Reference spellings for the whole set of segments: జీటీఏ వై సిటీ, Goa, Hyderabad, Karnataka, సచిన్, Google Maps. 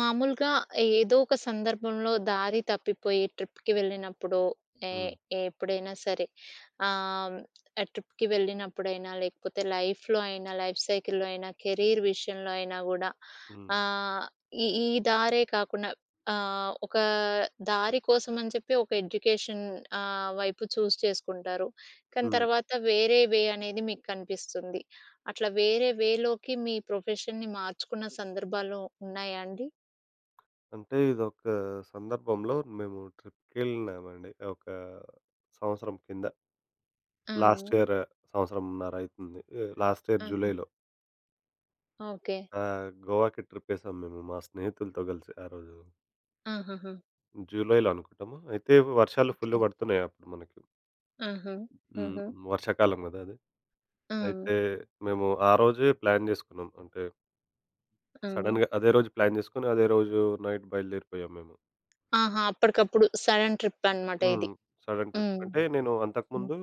మామూలుగా ఏదో ఒక సందర్భంలో దారి తప్పిపోయి ట్రిప్‌కి వెళ్ళినప్పుడో, ఏ హ్మ్. ఎప్పుడైనా సరే ఆహ్, ఆ ట్రిప్‌కి వెళ్ళినప్పుడైనా, లేకపోతే లైఫ్‌లో అయినా, లైఫ్ సైకిల్‌లో అయినా, కెరీర్ విషయంలో అయినా గూడా హ్మ్. ఆహ్, ఈ ఈ దారే కాకుండా ఒక దారి కోసం అని చెప్పి ఒక ఎడ్యుకేషన్ వైపు చూజ్ చేసుకుంటారు. కానీ హ్మ్. తర్వాత వేరే వే అనేది మీకు కనిపిస్తుంది. అట్లా వేరే వేలోకి మీ ప్రొఫెషన్‌ని మార్చుకున్న సందర్భాలు ఉన్నాయా అండి? అంటే ఇదొక సందర్భంలో మేము ట్రిప్‌కెళ్ళినామండి. ఒక సంవత్సరం కింద. ఆ! లాస్ట్ ఇయర్ సంవత్సరంన్నర అయితుంది. లాస్ట్ ఇయర్ ఆహా! జూలైలో. ఓకే. గోవాకి ట్రిప్పేసాం మేము మా స్నేహితులతో కలిసి ఆ రోజు. ఆహాహా! జూలైలో అనుకుంటాము. అయితే వర్షాలు ఫుల్ ఓకే. పడుతున్నాయి అప్పుడు మనకి. ఆహా! హ్మ్. హుహు. వర్షాకాలం గదా అది. ఆ! అయితే మేము ఆ రోజే ప్లాన్ జేసుకున్నాం. అంటే ఆ! సడెన్‌గా అదే రోజు ప్లాన్ జేసుకొని అదే రోజు నైట్ బయలుదేరిపోయాం మేము. ఆహా! అప్పటికప్పుడు సడన్ ట్రిప్ అనమాట ఇది. హ్మ్. Sudden trip. హ్మ్. అంటే నేను హ్మ్. అంతకుముందు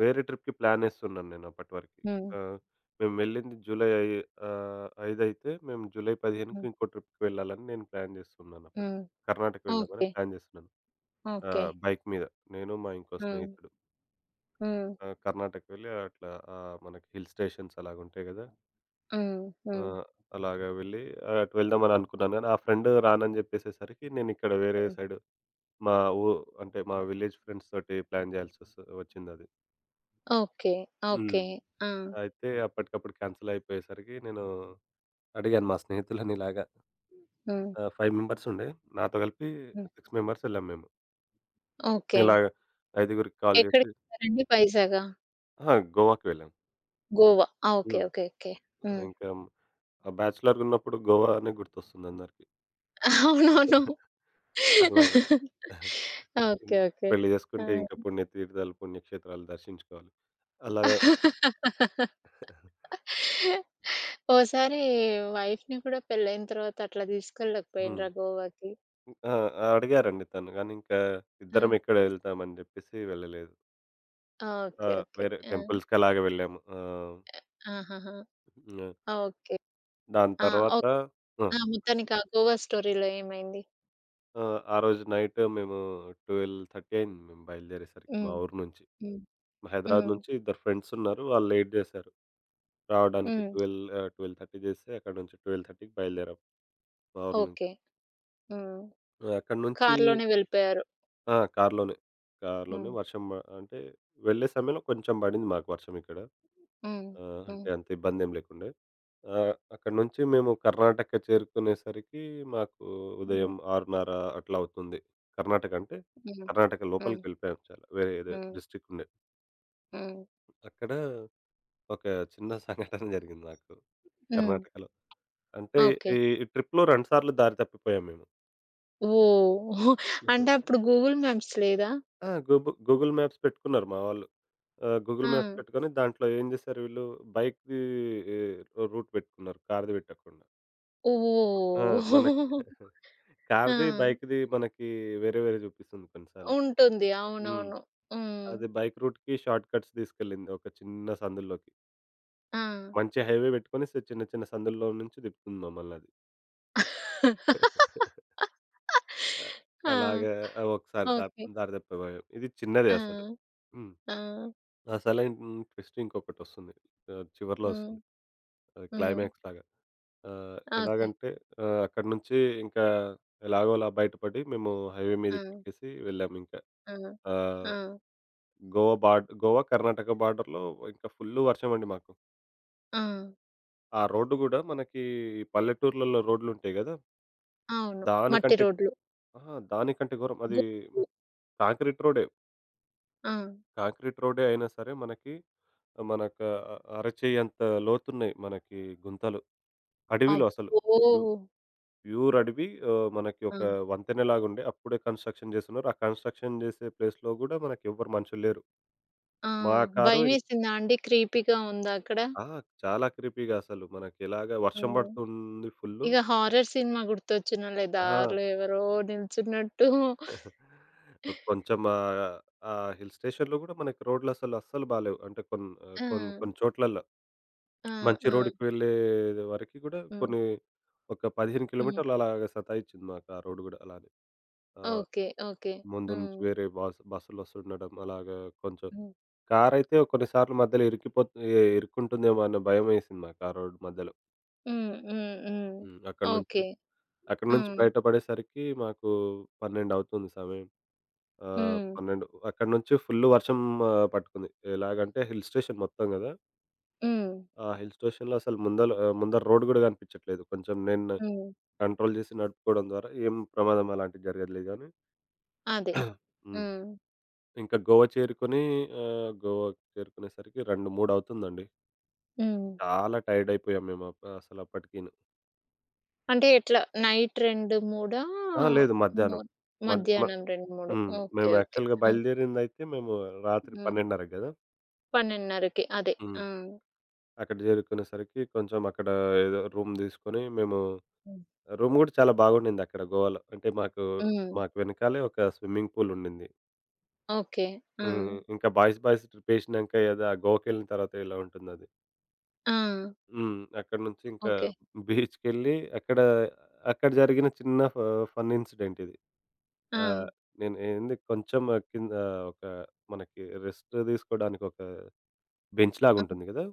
వేరే ట్రిప్‌కి ప్లానేస్తున్నాను నేను అప్పటి వరకి. హ్మ్. ఆహ్, మేము వెళ్ళింది 5 అయితే మేము జూలై 15కి హ్మ్. ఇంకో ట్రిప్‌కి వెళ్ళాలని నేను ప్లాన్ చేస్తున్నాను అప్పటికి. హ్మ్. కర్ణాటక వెళ్దామని ఓకే. ప్లాన్ చేస్తున్నాను. ఓకే. బైక్ మీద నేను, మా ఇంకో హ్మ్. స్నేహితుడు. హ్మ్. కర్ణాటక వెళ్ళి అట్లా మనకి హిల్ స్టేషన్స్ అలాగుంటాయి గదా! హ్మ్. హ్మ్. ఆహ్, అలాగా వెళ్ళి అటు వెళ్దామని అనుకున్నాను గానీ, ఆ ఫ్రెండ్ రానని చెప్పేసేసరికి నేను ఇక్కడ వేరే హ్మ్. సైడ్ మా ఊ అంటే మా విలేజ్ ఫ్రెండ్స్ తోటి ప్లాన్ వచ్చిందది. ఓకే. హ్మ్. ఓకే. ఆ! అయితే అప్పటికప్పుడు క్యాన్సెల్ అయిపోయేసరికి నేను అడిగాను మా స్నేహితులని ఇలాగా. హ్మ్. 5 మెంబర్స్ ఉండే. నాతో కలిపి హ్మ్. 6 మెంబర్స్ వెళ్ళాం మేము. ఓకే. ఇలాగ ఐదుగురికి కాల్ చేసి. ఎక్కడికెళ్లారండి వైజాగా? అహా! గోవాకి వెళ్ళాం. గోవా. ఆ! ఓకే. హ్మ్. ఓకే. ఓకే. హ్మ్. ఇంకా ఆ బ్యాచిలర్‌గా ఉన్నప్పుడు గోవా అనే గుర్తొస్తుంది అందరికి. అవునవును. అలాగే. ఓకే. హ్మ్. ఓకే. పెళ్లి ఆ! చేసుకుంటే ఇంకా పుణ్య తీర్థాలు, పుణ్యక్షేత్రాలు దర్శించుకోవాలి. అలాగా. ఓసారి వైఫ్‌ని కూడా పెళ్ళైన తర్వాత అట్లా హ్మ్. తీసుకెళ్ళకపోయిండ్రా గోవాకి? ఆ! అడిగారండి తను. కానీ ఇంకా ఆ! ఇద్దరం ఎక్కడ వెళ్తామని చెప్పేసి వెళ్ళలేదు. ఆ! ఆ! ఓకే. ఓకే. వేరే ఆ! టెంపుల్స్‌కి అలాగే వెళ్ళాము. ఆహాహా! ఆ! ఓకే. దాని ఆ! తర్వాత. ఓక్ ఆ! ఆ! మొత్తానికి ఆ గోవా స్టోరీలో ఏమైంది? ఆ రోజు నైట్ మేము 12:30 అయింది మేము బయలుదేరేసరికి మా హ్మ్. ఊరు నుంచి. హ్మ్. మా హైదరాబాద్ హ్మ్. నుంచి ఇద్దరు ఫ్రెండ్స్ ఉన్నారు. వాళ్ళు లేట్ చేశారు. రావడానికి హ్మ్. 12:30 చేస్తే అక్కడ నుంచి 12:30కి బయలుదేరాం మా ఊరు నుంచి. ఓకే. హ్మ్. అక్కడి నుంచి. కార్‌లోనే వెళ్ళిపోయారు. ఆ! కార్‌లోనే. హ్మ్. అంటే వెళ్ళే సమయంలో కొంచెం పడింది మాకు వర్షం ఇక్కడ. హ్మ్. ఆ! హ్మ్. అంటే అంత ఇబ్బందేం లేకుండే. అక్కడి నుంచి మేము కర్ణాటక చేరుకునేసరికి మాకు హ్మ్. ఉదయం 6:30 అట్లా అవుతుంది. కర్ణాటక అంటే హ్మ్. కర్ణాటక హ్మ్. లోపలికెళ్ళిపోయాం చాలా. వేరే ఏదో హ్మ్. డిస్ట్రిక్ట్ ఉండే. హ్మ్. అక్కడ ఒక చిన్న సంఘటన జరిగింది నాకు హ్మ్. కర్ణాటకలో. అంటే ఓకే. ఈ ఈ ట్రిప్‌లో 2 సార్లు దారి తప్పిపోయాం మేము. ఓహ్! అంటే అప్పుడు గూగుల్ మ్యాప్స్ లేదా? ఆ! గూగుల్ మ్యాప్స్ పెట్టుకున్నారు మా వాళ్ళు. గూగుల్ ఆ! మ్యాప్స్ పెట్టుకొని దాంట్లో ఏం చేశారు వీళ్ళు బైక్‌ది రూట్ పెట్టుకున్నారు కార్‌ది పెట్టకుండా. ఆ! ఓహ్! మనకి ఆ! కార్‌ది, బైక్‌ది మనకి వేరే వేరే చూపిస్తుంది కొన్నిసార్లు. ఉంటుంది. హ్మ్. అవునవును. హ్మ్. అది బైక్ రూట్‌కి షార్ట్ కట్స్ తీసుకెళ్ళింది ఒక చిన్న సందుల్లోకి. ఆ! మంచి హైవే పెట్టుకొని చిన్న చిన్న సందుల్లో నుంచి తిప్పుతుంది మమ్మల్నది. ఆ! ఆ! అలాగా ఒకసారి ఓకే. దారి తప్పిపోయాం. ఇది చిన్నదే ఆ! అసలు. హ్మ్. ఆ! ఆ! 'సైలెంట్ ట్విస్ట్' ఇంకొకటొస్తుంది. చివర్లో హ్మ్. వస్తుంది. అది హ్మ్. క్లైమాక్స్ లాగా. ఆహ్, ఓకే. ఎలాగంటే అక్కడి నుంచి ఇంకా ఎలాగోలా బయటపడి మేము హైవే ఆ! మీదకెక్కేసి వెళ్ళామింకా. ఆ! ఆ! ఆహ్, గోవా బార్డ్ గోవా, కర్ణాటక బార్డర్‌లో ఇంకా ఫుల్లు వర్షమండి మాకు. ఆ! ఆ రోడ్డు గూడా మనకి ఈ పల్లెటూర్లలో రోడ్లుంటాయి గదా! అవును. మట్టి దానికంటే. రోడ్లు. అహా! దానికంటే ఘోరం. అది గుట్లు. కాంక్రీట్ రోడే. ఆ! కాంక్రీట్ రోడ్డే అయినా సరే మనకు అరచేయి అంత లోతున్నాయి మనకి గుంతలు. అడవిలో అసలు అబ్బో! ప్యూ- ప్యూర్ అడవి. మనకి ఆ! ఒక వంతెనలాగుండే అప్పుడే కన్‌స్ట్రక్షన్ జేస్తున్నారు. ఆ కన్‌స్ట్రక్షన్ జేసే ప్లేస్‌లో గూడా మనకెవ్వరు మనుషులు లేరు. ఆ! మా కారు భయమేసిందా అండి? క్రీపీగా ఉందా అక్కడ? ఆ! చాలా క్రీపీగా అసలు మనకెలాగా ఆ! వర్షం బడుతుంది ఫుల్లు. ఇగ హారర్ సినిమా గుర్తొచ్చినోళ్ళే. ఆహా! దారిలో ఎవరో నిల్చున్నట్టు ఒక కొంచెం ఆహ్, ఆ హిల్ స్టేషన్‌లో గూడా మనకి రోడ్‌లసలు అస్సలు బాలేవు. అంటే కొన్ ఆహ్, ఆ! కొన్ కొన్ని చోట్లల్ల. ఆ! మంచి ఆ! రోడ్డుకి వెళ్ళే వరకి గూడా హ్మ్. కొన్ని ఒక 15 హ్మ్. కిలోమీటర్లు అలాగ సతాయిచ్చింది మాకు ఆ రోడ్డు గూడా అలానే. ఆహ్, ఓకే. ఓకే. ముందు నుంచి హ్మ్. వేరే బస్సులొస్తుండడం అలాగా కొంచెం హ్మ్. కారైతే కొన్నిసార్లు మధ్యలో ఇరికిపోత్ ఎ ఇరుక్కుంటుందేమో అన్న భయమేసింది మాకు ఆ రోడ్డు మధ్యలో. హ్మ్. హ్మ్. హ్మ్. హ్మ్. ఓకే. అక్కడి నుంచి హ్మ్. బయటపడేసరికి మాకు 12 అవుతుంది సమయం. ఆహ్, హ్మ్. 12 అక్కడి నుంచి ఫుల్లు వర్షం పట్టుకుంది. ఎలాగంటే హిల్ స్టేషన్ మొత్తం గదా! హ్మ్. ఆ హిల్ స్టేషన్‌లో అసలు ముందర రోడ్డు గూడా కనిపించట్లేదు. కొంచెం నేను హ్మ్. కంట్రోల్ జేసి నడుపుకోవడం ద్వారా ఏం ప్రమాదం అలాంటిది జరగదులే గానీ. అదే. హ్మ్. హ్మ్. ఇంకా గోవా చేరుకొని. గోవా చేరుకునేసరికి 2, 3 అవుతుందండి. హ్మ్. చాలా టైర్డ్ అయిపోయాం మేము అసలప్పటికిను. అంటే ఎట్లా నైట్ 2, 3 అహా! లేదు మో మధ్యాహ్నం. మద్ మ మధ్యాహ్నం 2, 3 హ్మ్. ఓకే. మేము ఓకే. యాక్చువల్‌గా ఆ! బయలుదేరిందయితే మేము రాత్రి హ్మ్. 12:30కి గదా! 12:30కి అదే. హ్మ్. ఆ! అక్కడ చేరుకునేసరికి కొంచెం అక్కడ ఏదో రూమ్ తీసుకొని మేము. హ్మ్. రూమ్ గూడా చాలా బాగుండిందక్కడ గోవాలో. అంటే హ్మ్. మాకు వెనకాలే ఒక స్విమ్మింగ్ పూల్ ఉండింది. ఓకే. ఆ! హ్మ్. ఇంకా బాయ్స్ ట్రిప్పేసినంక ఏదో ఆ గోవాకెళ్ళిన తర్వాత ఎలా ఉంటుందది. ఆ! హ్మ్. అక్కడి నుంచి ఇంకా ఓకే. బీచ్‌కెళ్ళి అక్కడ జరిగిన చిన్న ఫన్ ఇన్సిడెంట్ ఇది. ఆ! ఆహ్, నేను ఏంది కొంచెం కింద ఒక మనకి రెస్ట్ తీసుకోవడానికి ఒక బెంచ్ ఆ! లాగుంటుంది గదా!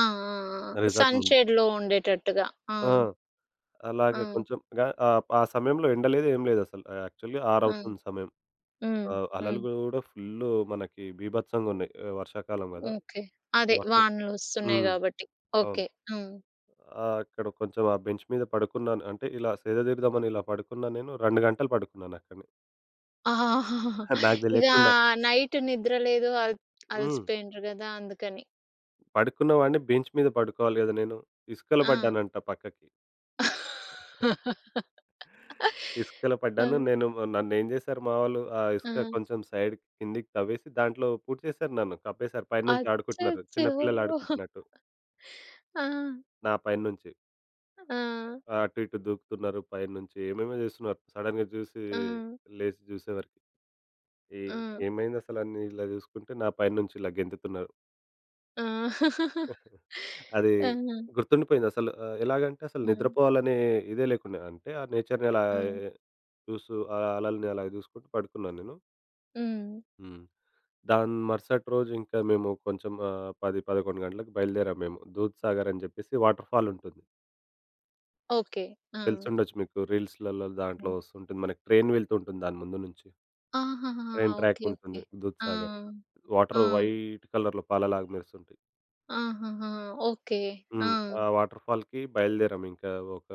ఆ! ఆ! ఆ! రిసార్ట్ సన్ ముందు. షేడ్‌లో ఉండేటట్టుగా. ఆ! ఆ! ఆ! అలాగే ఆ సమయంలో ఎండ లేదు ఏం లేదసలు. యాక్చువల్లీ 6 అవుతుంది ఆ! సమయం. హ్మ్. అలలు హ్మ్. గూడా ఫుల్లు మనకి బీభత్సంగున్నాయి. వర్షాకాలం గదా! ఓకే. అదే వర్షం వానలొస్తున్నాయి హ్మ్. గాబట్టి. అవును. ఓకే. హ్మ్. ఆ! అక్కడ కొంచెం ఆ బెంచ్ మీద పడుకున్నాను. అంటే ఇలా సేద దీరుదామని ఇలా పడుకున్నా నేను 2 గంటలు పడుకున్నానక్కడనే. నాకు ఇక దెలియకుండా. నైట్ నిద్ర లేదు. హ్మ్. అలసిపోయిండ్రు గదా! అందుకని. పడుకున్న వాడిని బెంచ్ మీద పడుకోవాలి గదా నేను. ఇసుకలో ఆ! పడ్డానంట పక్కకి. ఇసుకలో ఆ! పడ్డాను. నేను నన్నేం జేశారు మా వాళ్ళు ఆ ఆ! ఇసుక కొంచెం సైడ్‌కి కిందికి తవ్వేసి దాంట్లో పూడ్చేశారు నన్ను. కప్పేశారు. పైనుంచి ఆడుకుంటున్నారు. చిన్న అచ్చచ్చో! పిల్లలు ఆడుకుంటున్నట్టు ఆ! నా పైనుంచి. ఆ! అటు ఇటు దూకుతున్నారు పైనుంచి. ఏమేమో జేస్తున్నారు. సడెన్‌గా జూసి ఆ! ఆ! లేసి జూసేవరకి. ఏ ఆ! ఏమైందసలని ఇలా జూసుకుంటే నా పైనుంచి ఇలా గెంతుతున్నారు. ఆ! అది ఆ! గుర్తుండిపోయింది అసలు. ఎలాగంటే అసలు ఆ! నిద్రపోవాలనే ఇదే లేకుండా అంటే ఆ నేచర్‌ని అలా ఆ! చూస్తూ ఆ అలల్ని అలా జూసుకుంటూ పడుకున్నాను నేను. హ్మ్. హ్మ్. దాని మరుసటి రోజు ఇంకా మేము కొంచెం 10, 11 గంటలకు బయలుదేరాము మేము. దూద్‌సాగర్ అని జెప్పేసి వాటర్ ఫాల్ ఉంటుంది. ఓకే. ఆ! తెలిసుండొచ్చు మీకు రీల్స్‌లలో దాంట్లో హ్మ్. వస్తుంటుంది. మనకి ట్రైన్ వెళ్తూ ఉంటుంది దాని ముందు నుంచి. ఆహాహా! ట్రైన్ అవును. Track okay. ఓకే. ఉంటుంది ఆ! దూద్‌సాగర్. ఆ! వాటర్ వైట్ కలర్‌లో పాలలాగా మెరుస్తుంటాయి. ఆహాహా! ఓకే. హ్మ్. ఆ! ఆ వాటర్ ఫాల్‌కి బయలుదేరాం. ఇంకా ఒక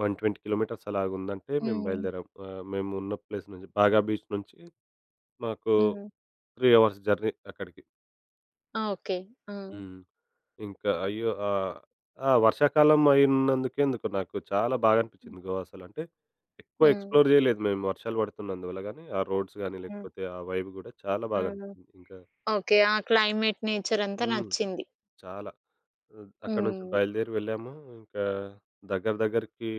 120 కిలోమీటర్స్ అలాగుందంటే మేము హ్మ్. బయలుదేరాం. మేమున్న ప్లేస్ నుంచి బాగా బీచ్ నుంచి మాకు హ్మ్. 3 అవర్స్ జర్నీ అక్కడికి. ఆ! ఓకే. ఆ! హ్మ్. ఇంకా అయ్యో! ఆహ్, ఆ! వర్షాకాలం అయినందుకే ఎందుకో నాకు చాలా బాగా హ్మ్. అనిపించింది గోవా అసలు. అంటే ఎక్కువ హ్మ్. ఎక్స్‌ప్లోర్ చేయలేదు మేము వర్షాలు పడుతున్నందువల్ల గానీ, ఆ రోడ్స్ గానీ, హ్మ్. లేకపోతే ఆ వైబ్ గూడా చాలా బాగా హ్మ్. అనిపించింది. ఇంకా. ఓకే. ఆ క్లైమేట్, నేచర్ అంతా హ్మ్. నచ్చింది. చాలా. అక్కడి నుంచి హ్మ్. బయలుదేరి వెళ్ళాము. ఇంకా దగ్గర దగ్గరికి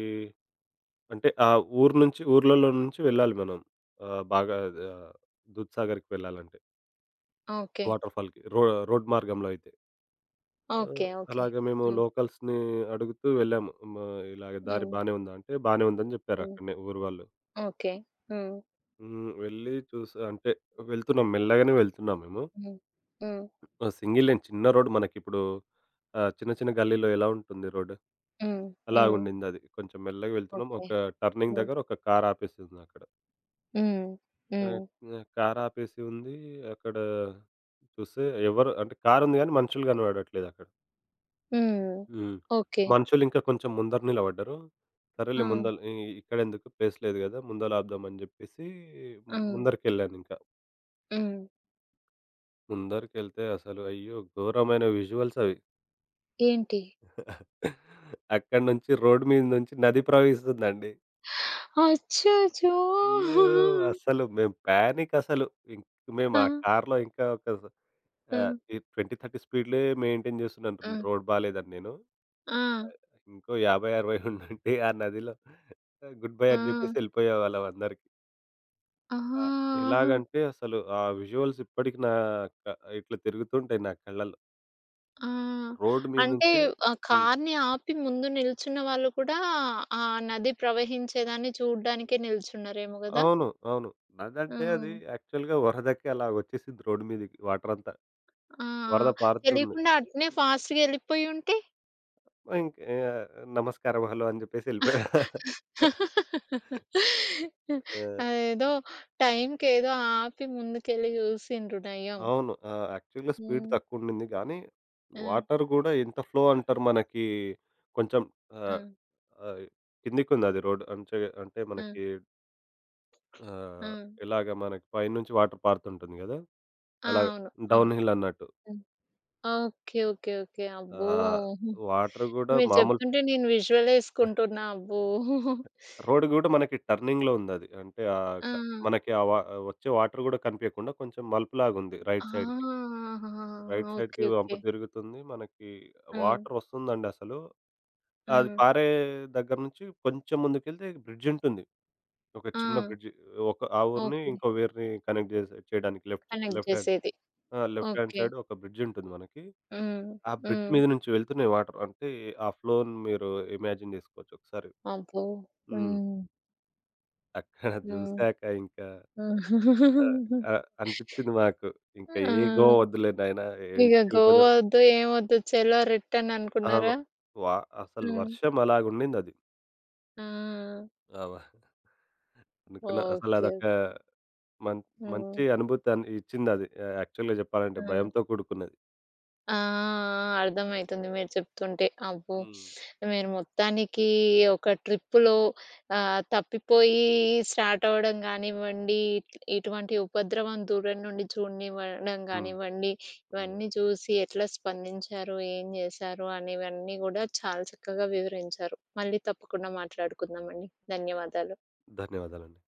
అంటే ఆ ఊరు నుంచి ఊర్లలో నుంచి వెళ్ళాలి మనం. ఆహ్, బాగా ఆహ్, దూద్‌సాగర్‌కి వెళ్ళాలంటే ఓకే. వాటర్‌ఫాల్‌కి రోడ్ మార్గంలో అయితే. ఓకే. ఆహ్, ఓకే. అలాగే మేము హ్మ్. లోకల్స్‌ని అడుగుతూ వెళ్ళాము. ఇలాగ దారి హ్మ్. బానే ఉందా అంటే, బానే ఉందని జెప్పారు హ్మ్. అక్కడనే ఊరు వాళ్ళు. ఓకే. హ్మ్. హ్మ్. వెళ్ళి చూసి అంటే మెల్లగానే వెళ్తున్నాం మేము. హ్మ్. హ్మ్. ఆ! సింగిల్ లేన్ చిన్న రోడ్ మనకిప్పుడు. చిన్న చిన్న గల్లీలో ఎలా ఉంటుంది రోడ్ హ్మ్. హ్మ్. అలాగుండిందది. కొంచెం మెల్లగా వెళ్తున్నాం. ఓకే. ఒక టర్నింగ్ హ్మ్. దగ్గర ఒక కార్ ఆపేసిందక్కడ. హ్మ్. ఆ! హ్మ్. హ్మ్. కారాపేసి ఉంది. అక్కడ చూస్తే ఎవరు అంటే కారుంది గానీ మనుషులు కనపడట్లేదక్కడ. హ్మ్. హ్మ్. ఓకే. మనుషులింకా కొంచెం ముందర నిలబడ్డారు. సరేలే ఆ! ముందల ఇక్కడెందుకు ప్లేస్ లేదు గదా! ముందల ఆపుదామని జెప్పేసి ఆ! ముందరికెళ్ళానింకా. హ్మ్. ముందరికెళ్తే అసలు అయ్యో! ఘోరమైన విజువల్స్ అవి. ఏంటి? అక్కడి నుంచి రోడ్ మీద నుంచి నది ప్రవహిస్తుందండి. అచ్చచ్చో! అయ్యో! అస్సలు మేము పానిక్ అసలు. ఇంక మేము ఆ! ఆ కార్‌లో ఇంకా ఒక. ఆ! ఈ 20, 30 స్పీడ్‌లే మెయింటైన్ ఆ! చేస్తున్నాను. రోడ్ బాలేదని నేను. ఆ! ఇంకో 50, 60 ఉండుంటే ఆ నదిలో గుడ్ బై ఆ! అని చెప్పేసి వెళ్ళిపోయేవాళ్ళం అందరికి. ఆహా! ఆ! ఎలాగంటే అసలు ఆ విజువల్స్ ఇప్పటికి నా ఇట్లా తిరుగుతుంటాయి నా కళ్ళలో. ఆ! రోడ్ మీద అంటే నుంచి. హ్మ్. కార్‌ని ఆపి ముందు నిల్చున్న వాళ్ళు కూడా ఆ నది ప్రవహించేదాన్ని చూడ్డానికే నిల్చున్నారేమో గదా! అవును. నదంటే అది హ్మ్. యాక్చువల్‌గా వరదకి అలాగొచ్చేసింది రోడ్ మీదకి వాటర్ అంతా. ఆ! ఆ! వరద పారుతుంది. తెలియకుండా అట్నే ఫాస్ట్‌గా ఎళ్ళిపోయుంటే ఇంక. ఆహ్, నమస్కారం, హలో అని జెప్పేసి ఎళ్ళిపోయాడు. ఆ! అదేదో టైంకేదో ఆపి ముందుకెళ్ళి చూసిండ్రు నయం. అవును. ఆ! యాక్చువల్‌గా స్పీడ్ హ్మ్. తక్కువుండింది గానీ, ఆ! వాటర్ గూడా ఎంత ఫ్లో అంటారు మనకి కొంచెం. ఆ! ఆహ్, ఆహ్, కిందికుందది రోడ్. అంటే ఆ! మనకి. ఆ! ఆహ్, ఎలాగ మనకి పైనుంచి వాటర్ పారుతుంటుంది గదా! ఆ! అలా అవును. అవును. డౌన్ హిల్ అన్నట్టు. హ్మ్. ఓకే. ఓకే. ఓకే. అబ్బో! ఆహ్, వాటర్ గూడా మీరు మామూలు. చెప్తుంటే నేను విజువలేసుకుంటున్నా. అబ్బో! రోడ్ గూడా మనకి టర్నింగ్‌లో ఉందది. అంటే ఆహ్, ఆ! క మనకి ఆ వ వచ్చే వాటర్ గూడా కనిపియకుండా కొంచెం మలుపులాగుంది ఆ! రైట్ సైడ్‌కి. ఆహాహా! Right okay. సైడ్‌కి వంపు ఓకే. తిరుగుతుంది. మనకి హ్మ్. వాటర్ వస్తుందండి అసలు. అది హ్మ్. పారే దగ్గర నుంచి కొంచెం ముందుకెళ్తే బ్రిడ్జ్ ఉంటుంది. ఒక ఆ! చిన్న బ్రిడ్జ్. ఒక ఆ ఊరిని ఓకే. ఇంకో ఊరిని కనెక్ట్ చేసే చేయడానికి లెఫ్ట్ కనెక్ట్ లెఫ్ట్ హ్యాండ్. జేసేది. ఆ! Left hand okay. సైడ్ ఒక బ్రిడ్జ్ ఉంటుంది మనకి. హ్మ్. ఆ బ్రిడ్జ్ హ్మ్. మీద నుంచి వెళ్తున్నాయి వాటర్. అంటే ఆ ఫ్లోని మీరు ఇమాజిన్ చేసుకోవచ్చు ఒకసారి. అబ్బో! హ్మ్. హ్మ్. అక్కడ హ్మ్. చూసాక ఇంకా హ్మ్. ఆహ్, ఆహ్, అనిపించింది మాకు. ఇంకా ఆ! ఏ గోవా వద్దులే నాయనా ఇగ ఇంటికెళ్ళిపోదాం. గోవా ఒద్దు, ఏమొద్దు, చలో రిటర్న్ అవును. అనుకున్నారా? వా అసలు హ్మ్. వర్షం అలాగుండిందది. ఆ! అబ్బా! అనుకున్నా. ఓకే. అసలదొక మన్ హ్మ్. మంచి అనుభూతాన్ని ఇచ్చిందది. యాక్చువల్‌గా చెప్పాలంటే ఆ! భయంతో కూడుకున్నది. ఆ! అర్థమైతుంది మీరు చెప్తుంటే. అబ్బో! హ్మ్. మీరు మొత్తానికి ఒక ట్రిప్పులో తప్పిపోయి స్టార్ట్ అవ్వడం గానివ్వండి, ఇటువంటి ఉపద్రవం దూరం నుండి చూడనివ్వడం హ్మ్. గానివ్వండి, హ్మ్. ఇవన్నీ చూసి ఎట్లా స్పందించారు, ఏం చేశారు అనేవన్నీ గూడా చాలా చక్కగా వివరించారు. మళ్ళీ తప్పకుండా మాట్లాడుకుందామండి. ధన్యవాదాలు. ధన్యవాదాలండి.